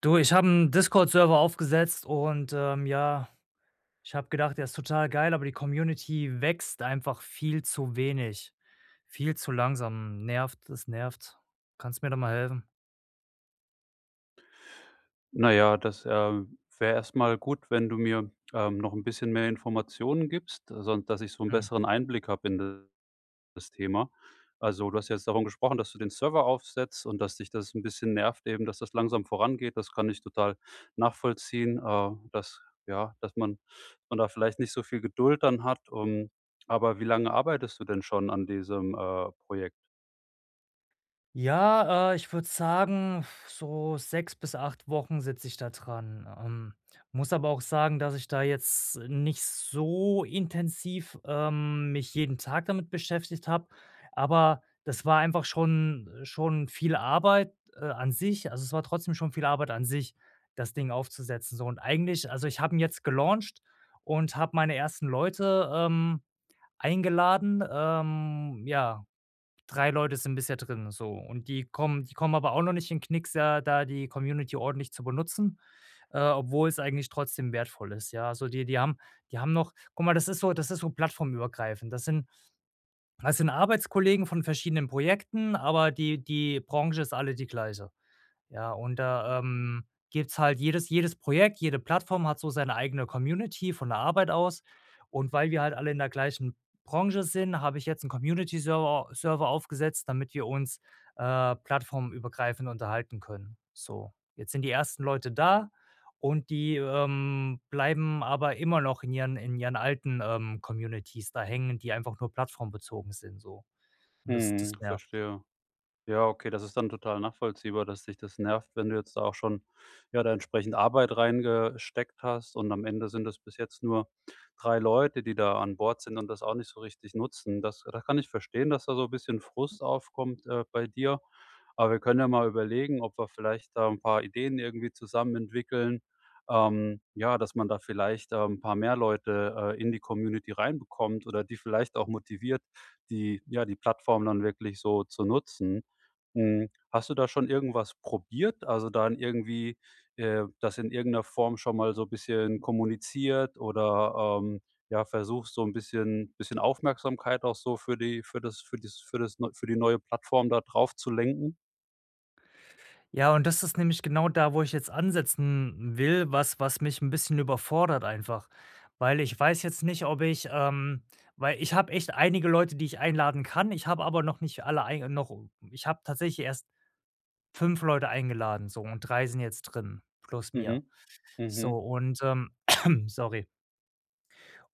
Du, ich habe einen Discord-Server aufgesetzt und ich habe gedacht, der ist total geil, aber die Community wächst einfach viel zu wenig, viel zu langsam. Nervt, das nervt. Kannst mir da mal helfen? Na ja, das, wäre erst mal gut, wenn du mir, noch ein bisschen mehr Informationen gibst, sonst dass ich so einen Mhm. besseren Einblick habe in das Thema. Also, du hast ja jetzt davon gesprochen, dass du den Server aufsetzt und dass dich das ein bisschen nervt eben, dass das langsam vorangeht. Das kann ich total nachvollziehen, dass ja, dass man da vielleicht nicht so viel Geduld dann hat. Aber wie lange arbeitest du denn schon an diesem, Projekt? Ja, ich würde sagen, so 6 bis 8 Wochen sitze ich da dran. Muss aber auch sagen, dass ich da jetzt nicht so intensiv, mich jeden Tag damit beschäftigt habe, aber das war einfach schon viel Arbeit, an sich. Also, es war trotzdem schon viel Arbeit an sich, das Ding aufzusetzen so und eigentlich also, ich habe ihn jetzt gelauncht und habe meine ersten Leute, eingeladen, ja. 3 Leute sind bisher drin, so. Und die kommen aber auch noch nicht in Knicks, ja, da die Community ordentlich zu benutzen, obwohl es eigentlich trotzdem wertvoll ist, ja. Also, die die haben noch guck mal, das ist so plattformübergreifend. Das sind Arbeitskollegen von verschiedenen Projekten, aber die die Branche ist alle die gleiche. Ja, und da, gibt's halt jedes Projekt, jede Plattform hat so seine eigene Community von der Arbeit aus. Und weil wir halt alle in der gleichen Branche sind, habe ich jetzt einen Community-Server Server aufgesetzt, damit wir uns, plattformübergreifend unterhalten können. So, jetzt sind die ersten Leute da und die, bleiben aber immer noch in ihren alten, Communities da hängen, die einfach nur plattformbezogen sind so. Und das Mhm, das nervt. verstehe. Ja, okay, das ist dann total nachvollziehbar, dass dich das nervt, wenn du jetzt da auch schon, ja, da entsprechend Arbeit reingesteckt hast und am Ende sind es bis jetzt nur 3 Leute, die da an Bord sind und das auch nicht so richtig nutzen. Das kann ich verstehen, dass da so ein bisschen Frust aufkommt, bei dir. Aber wir können ja mal überlegen, ob wir vielleicht da ein paar Ideen irgendwie zusammen entwickeln, ja, dass man da vielleicht, 'n paar mehr Leute, in die Community reinbekommt oder die vielleicht auch motiviert, die ja, die Plattform dann wirklich so zu nutzen. Mhm. Hast du da schon irgendwas probiert? Also, dann irgendwie, das in irgendeiner Form schon mal so ein bisschen kommuniziert oder, ja, versuchst so ein bisschen Aufmerksamkeit auch so für die für das für das für das neu für die neue Plattform da drauf zu lenken? Ja, und das ist nämlich genau da, wo ich jetzt ansetzen will, was mich ein bisschen überfordert einfach. Weil ich weiß jetzt nicht, ob ich, weil ich habe echt einige Leute, die ich einladen kann. Ich habe aber noch nicht alle ein noch ich habe tatsächlich erst 5 Leute eingeladen so und 3 sind jetzt drin plus mir. Mhm, mhm. So und sorry.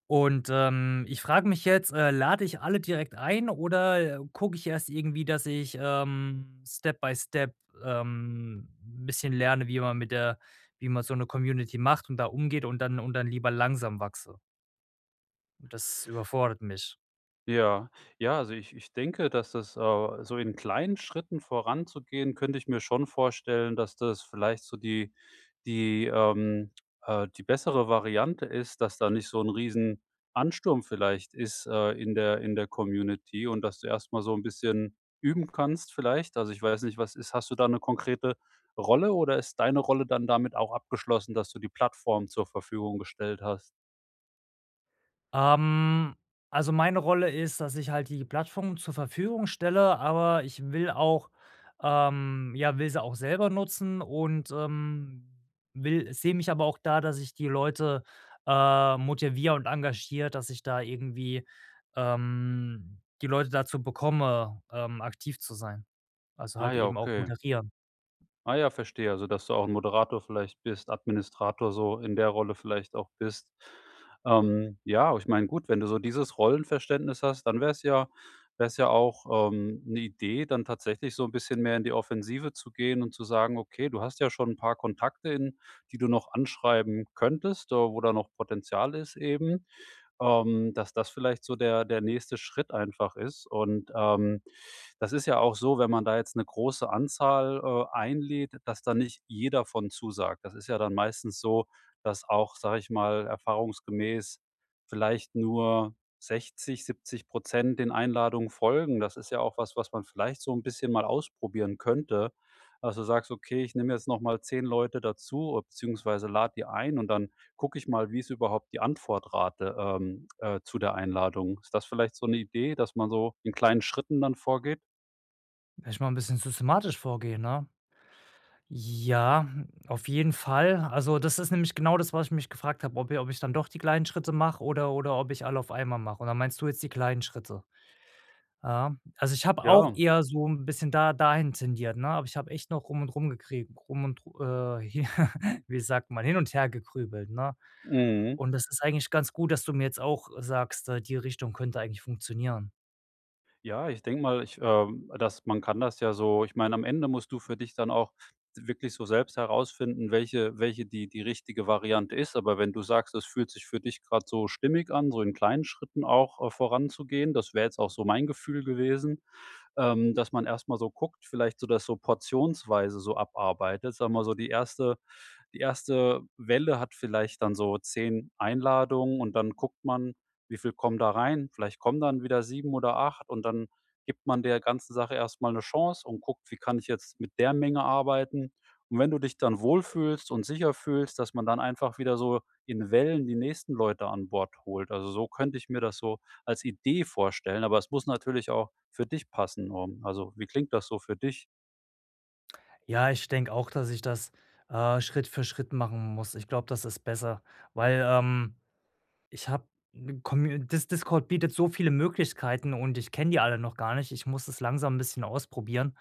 Und, ich frage mich jetzt, lade ich alle direkt ein oder gucke ich erst irgendwie, dass ich, Step by Step, ein bisschen lerne, wie man so eine Community macht und da umgeht und dann lieber langsam wachse? Und das überfordert mich. Ja, ja, also ich denke, dass das, so in kleinen Schritten voranzugehen, könnte ich mir schon vorstellen, dass das vielleicht so die, ähm, die bessere Variante ist, dass da nicht so ein riesen Ansturm vielleicht ist, in der Community und dass du erst mal so ein bisschen üben kannst vielleicht. Also, ich weiß nicht, was ist hast du da eine konkrete Rolle oder ist deine Rolle dann damit auch abgeschlossen, dass du die Plattform zur Verfügung gestellt hast? Ähm, also meine Rolle ist, dass ich halt die Plattform zur Verfügung stelle, aber ich will auch ja, will sie auch selber nutzen und, will sehe mich aber auch da, dass ich die Leute, motiviere und engagiere, dass ich da irgendwie, die Leute dazu bekomme, aktiv zu sein. Also Ah halt ja, eben auch okay. moderieren. Ah ja, verstehe. Also, dass du auch 'n Moderator vielleicht bist, Administrator so in der Rolle vielleicht auch bist. Ja, ich meine, gut, wenn du so dieses Rollenverständnis hast, dann wäre es ja auch, 'ne Idee, dann tatsächlich so 'n bisschen mehr in die Offensive zu gehen und zu sagen: „Okay, du hast ja schon 'n paar Kontakte, in die du noch anschreiben könntest, wo da noch Potenzial ist eben.“ dass das vielleicht so der nächste Schritt einfach ist. Und, das ist ja auch so, wenn man da jetzt eine große Anzahl, einlädt, dass da nicht jeder von zusagt. Das ist ja dann meistens so, dass auch, sage ich mal, erfahrungsgemäß vielleicht nur 60, 70 den Einladungen folgen. Das ist ja auch was, was man vielleicht so ein bisschen mal ausprobieren könnte. Also sagst: „Okay, ich nehme jetzt noch mal 10 Leute dazu, beziehungsweise lad die ein und dann gucke ich mal, wie ist überhaupt die Antwortrate, zu der Einladung? Ist das vielleicht so eine Idee, dass man so in kleinen Schritten dann vorgeht? Vielleicht mal ein bisschen systematisch vorgehen, ne? Ja, auf jeden Fall. Also, das ist nämlich genau das, was ich mich gefragt habe, ob ich dann doch die kleinen Schritte mache oder ob ich alle auf einmal mache. Und da meinst du jetzt die kleinen Schritte. Ja, also, ich habe auch Ja, eher so ein bisschen da dahin tendiert, ne? Aber ich habe echt noch rum und rum gekriegt rum und ru hi wie sagt man, hin und her gekrübelt, ne? mhm. Und das ist eigentlich ganz gut, dass du mir jetzt auch sagst, die Richtung könnte eigentlich funktionieren. Ja, ich denke mal, dass man kann das ja so ich meine, am Ende musst du für dich dann auch wirklich so selbst herausfinden, welche die richtige Variante ist. Aber wenn du sagst, es fühlt sich für dich gerade so stimmig an, so in kleinen Schritten auch, voranzugehen, das wäre jetzt auch so mein Gefühl gewesen. Dass man erst mal so guckt, vielleicht so das so portionsweise so abarbeitet. Sagen wir mal so, die erste Welle hat vielleicht dann so 10 Einladungen und dann guckt man, wie viel kommen da rein? Vielleicht kommen dann wieder 7 oder 8 und dann gibt man der ganzen Sache erst mal 'ne Chance und guckt, wie kann ich jetzt mit der Menge arbeiten? Und wenn du dich dann wohlfühlst und sicher fühlst, dass man dann einfach wieder so in Wellen die nächsten Leute an Bord holt. Also, so könnte ich mir das so als Idee vorstellen, aber es muss natürlich auch für dich passen. Also, wie klingt das so für dich? Ja, ich denke auch, dass ich das, Schritt für Schritt machen muss. Ich glaube, das ist besser, weil ich habe das Discord bietet so viele Möglichkeiten und ich kenne die alle noch gar nicht. Ich muss es langsam 'n bisschen ausprobieren,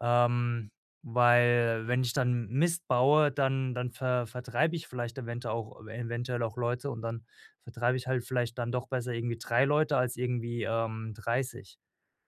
ähm, weil wenn ich dann Mist baue, dann vertreibe ich vielleicht eventuell auch Leute und dann vertreibe ich halt vielleicht dann doch besser irgendwie 3 Leute als irgendwie, 30.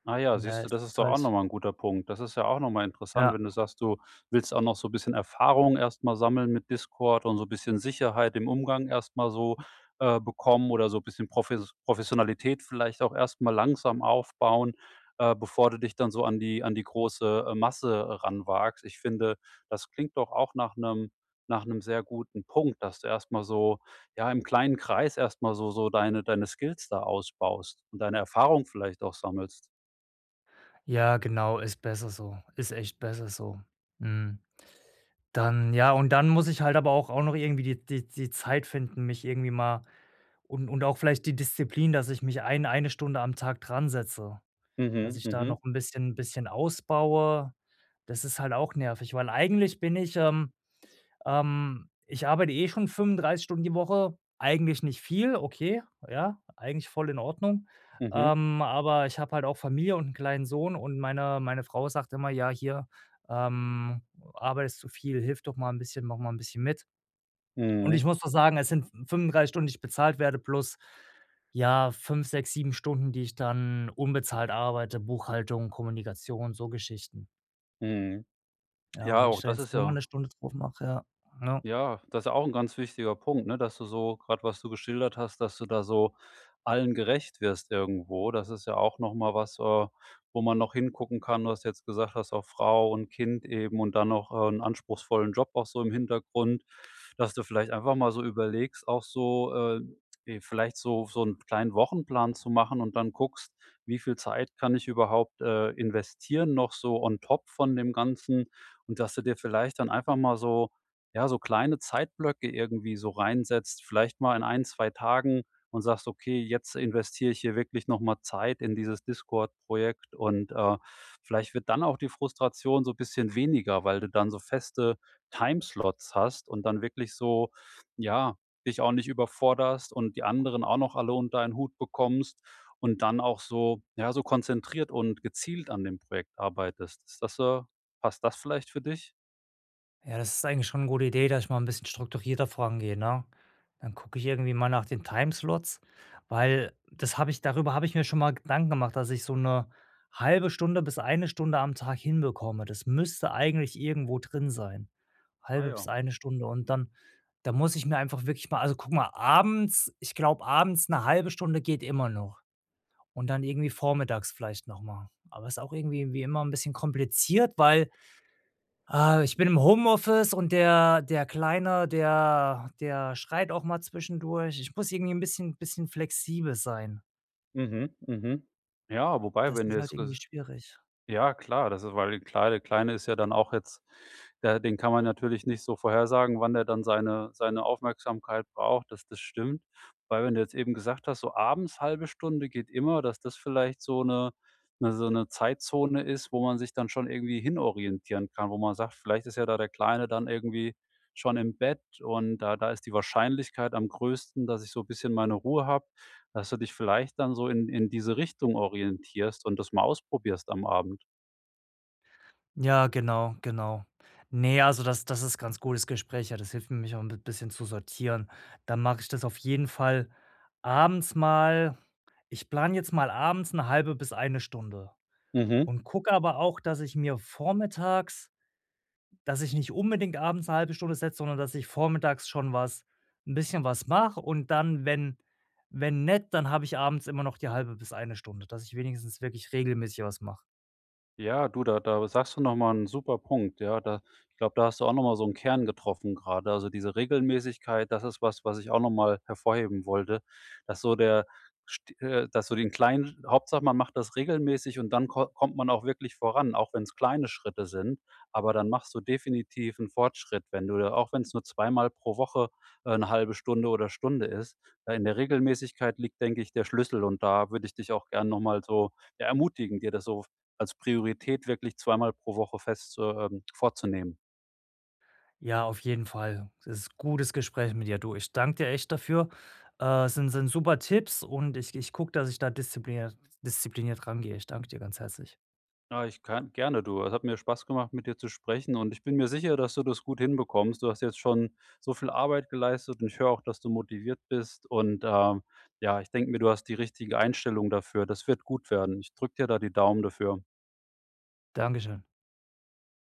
Ah ja, Von siehst daher du, ist das es ist doch auch noch halt mal 'n guter Punkt. Das ist ja auch noch mal interessant, ja, wenn du sagst, du willst auch noch so ein bisschen Erfahrung erst mal sammeln mit Discord und so ein bisschen Sicherheit im Umgang erst mal so, bekommen oder so ein bisschen Professionalität vielleicht auch erst mal langsam aufbauen, bevor du dich dann so an die große, Masse ranwagst. Ich finde, das klingt doch auch nach einem sehr guten Punkt, dass du erst mal so, ja, im kleinen Kreis erst mal so so deine Skills da ausbaust und deine Erfahrung vielleicht auch sammelst. ja genau, ist besser so, ist echt besser so. Mhm. Dann ja, und dann muss ich halt aber auch auch noch irgendwie die Zeit finden, mich irgendwie mal und auch vielleicht die Disziplin, dass ich mich eine Stunde am Tag dran setze, dass Mhm, ich da noch mhm, ein bisschen ausbaue. Das ist halt auch nervig, weil ich arbeite eh schon 35 Stunden die Woche, eigentlich nicht viel, okay, ja, eigentlich voll in Ordnung. mhm, Aber ich habe halt auch Familie und einen kleinen Sohn und meine Frau sagt immer: „Ja, hier, ähm, arbeitest zu viel, hilf doch mal ein bisschen, mach mal ein bisschen mit.“ Und mhm, ich muss doch sagen, es sind 35 Stunden, die ich bezahlt werde plus, ja, 5, 6, 7 Stunden, die ich dann unbezahlt arbeite, Buchhaltung, Kommunikation, so Geschichten. mhm. Ja, und Ja, wenn ich auch da das jetzt ist noch mal ja 'ne Stunde drauf mache, ja, ja. Ja, das ist ja auch ein ganz wichtiger Punkt, ne, dass du so gerade was du geschildert hast, dass du da so allen gerecht wirst irgendwo. Das ist ja auch noch mal was, wo man noch hingucken kann. Du hast jetzt gesagt, hast auch Frau und Kind eben und dann noch, 'n anspruchsvollen Job auch so im Hintergrund, dass du vielleicht einfach mal so überlegst, auch so, vielleicht so so einen kleinen Wochenplan zu machen und dann guckst, wie viel Zeit kann ich überhaupt, investieren noch so on top von dem Ganzen und dass du dir vielleicht dann einfach mal so ja, so kleine Zeitblöcke irgendwie so reinsetzt, vielleicht mal in ein 2 Tagen und sagst: „Okay, jetzt investiere ich hier wirklich noch mal Zeit in dieses Discord-Projekt“ und, vielleicht wird dann auch die Frustration so ein bisschen weniger, weil du dann so feste Timeslots hast und dann wirklich so, ja, dich auch nicht überforderst und die anderen auch noch alle unter einen Hut bekommst und dann auch so, ja, so konzentriert und gezielt an dem Projekt arbeitest. Passt das vielleicht für dich? Ja, das ist eigentlich schon eine gute Idee, dass ich mal ein bisschen strukturierter vorangehe, ne? Dann gucke ich irgendwie mal nach den Timeslots, weil das habe ich darüber habe ich mir schon mal Gedanken gemacht, dass ich so eine halbe Stunde bis eine Stunde am Tag hinbekomme. Das müsste eigentlich irgendwo drin sein. Ah Halbe bis ja. eine Stunde und dann da muss ich mir einfach wirklich mal also, guck mal, abends ich glaube, abends eine halbe Stunde geht immer noch und dann irgendwie vormittags vielleicht noch mal. Aber ist auch irgendwie wie immer ein bisschen kompliziert, weil ah, ich bin im Homeoffice und der Kleine, der schreit auch mal zwischendurch. Ich muss irgendwie ein bisschen flexibel sein. Mhm, mhm. Ja, wobei, Das wenn du ist halt jetzt irgendwie ges schwierig. Ja, klar, das ist weil der Kleine Kleine ist ja dann auch jetzt da, den kann man natürlich nicht so vorhersagen, wann der dann seine Aufmerksamkeit braucht. Dass das stimmt. Weil wenn du jetzt eben gesagt hast, so abends halbe Stunde geht immer, dass das vielleicht so eine 'ne so eine Zeitzone ist, wo man sich dann schon irgendwie hinorientieren kann, wo man sagt, vielleicht ist ja da der Kleine dann irgendwie schon im Bett und da ist die Wahrscheinlichkeit am größten, dass ich so ein bisschen meine Ruhe habe, dass du dich vielleicht dann so in diese Richtung orientierst und das mal ausprobierst am Abend. Ja, genau, genau. Ne, also das ist ganz gutes Gespräch, ja, das hilft mir, mich auch ein bi bisschen zu sortieren. Dann mache ich das auf jeden Fall abends mal ich plane jetzt mal abends eine halbe bis eine Stunde Mhm. und gucke aber auch, dass ich mir vormittags dass ich nicht unbedingt abends eine halbe Stunde setze, sondern dass ich vormittags schon was ein bisschen was mache und dann, wenn wenn nett, dann habe ich abends immer noch die halbe bis eine Stunde, dass ich wenigstens wirklich regelmäßig was mache. Ja, du, da sagst du noch mal 'n super Punkt, ja. Da Ich glaube, da hast du auch noch mal so einen Kern getroffen gerade. Also, diese Regelmäßigkeit, das ist was, was ich auch noch mal hervorheben wollte, dass so der st dass so den kleinen, Hauptsache, man macht das regelmäßig und dann ko kommt man auch wirklich voran, auch wenn es kleine Schritte sind. Aber dann machst du definitiv einen Fortschritt, wenn du da auch wenn es nur 2-mal pro Woche, 'ne 1 Stunde oder Stunde ist. Da in der Regelmäßigkeit liegt, denke ich, der Schlüssel und da würde ich dich auch gerne noch mal so, ja, ermutigen, dir das so als Priorität wirklich 2-mal pro Woche fest, zu, vorzunehmen. Ja, auf jeden Fall. Es ist ein gutes Gespräch mit dir, du. Ich danke dir echt dafür. Es sind super Tipps und ich gucke, dass ich da diszipliniert rangehe. Ich danke dir ganz herzlich. Ja, ich kann gerne du. Es hat mir Spaß gemacht, mit dir zu sprechen und ich bin mir sicher, dass du das gut hinbekommst. Du hast jetzt schon so viel Arbeit geleistet und ich höre auch, dass du motiviert bist und, ja, ich denke mir, du hast die richtige Einstellung dafür. Das wird gut werden. Ich drücke dir da die Daumen dafür. Dankeschön.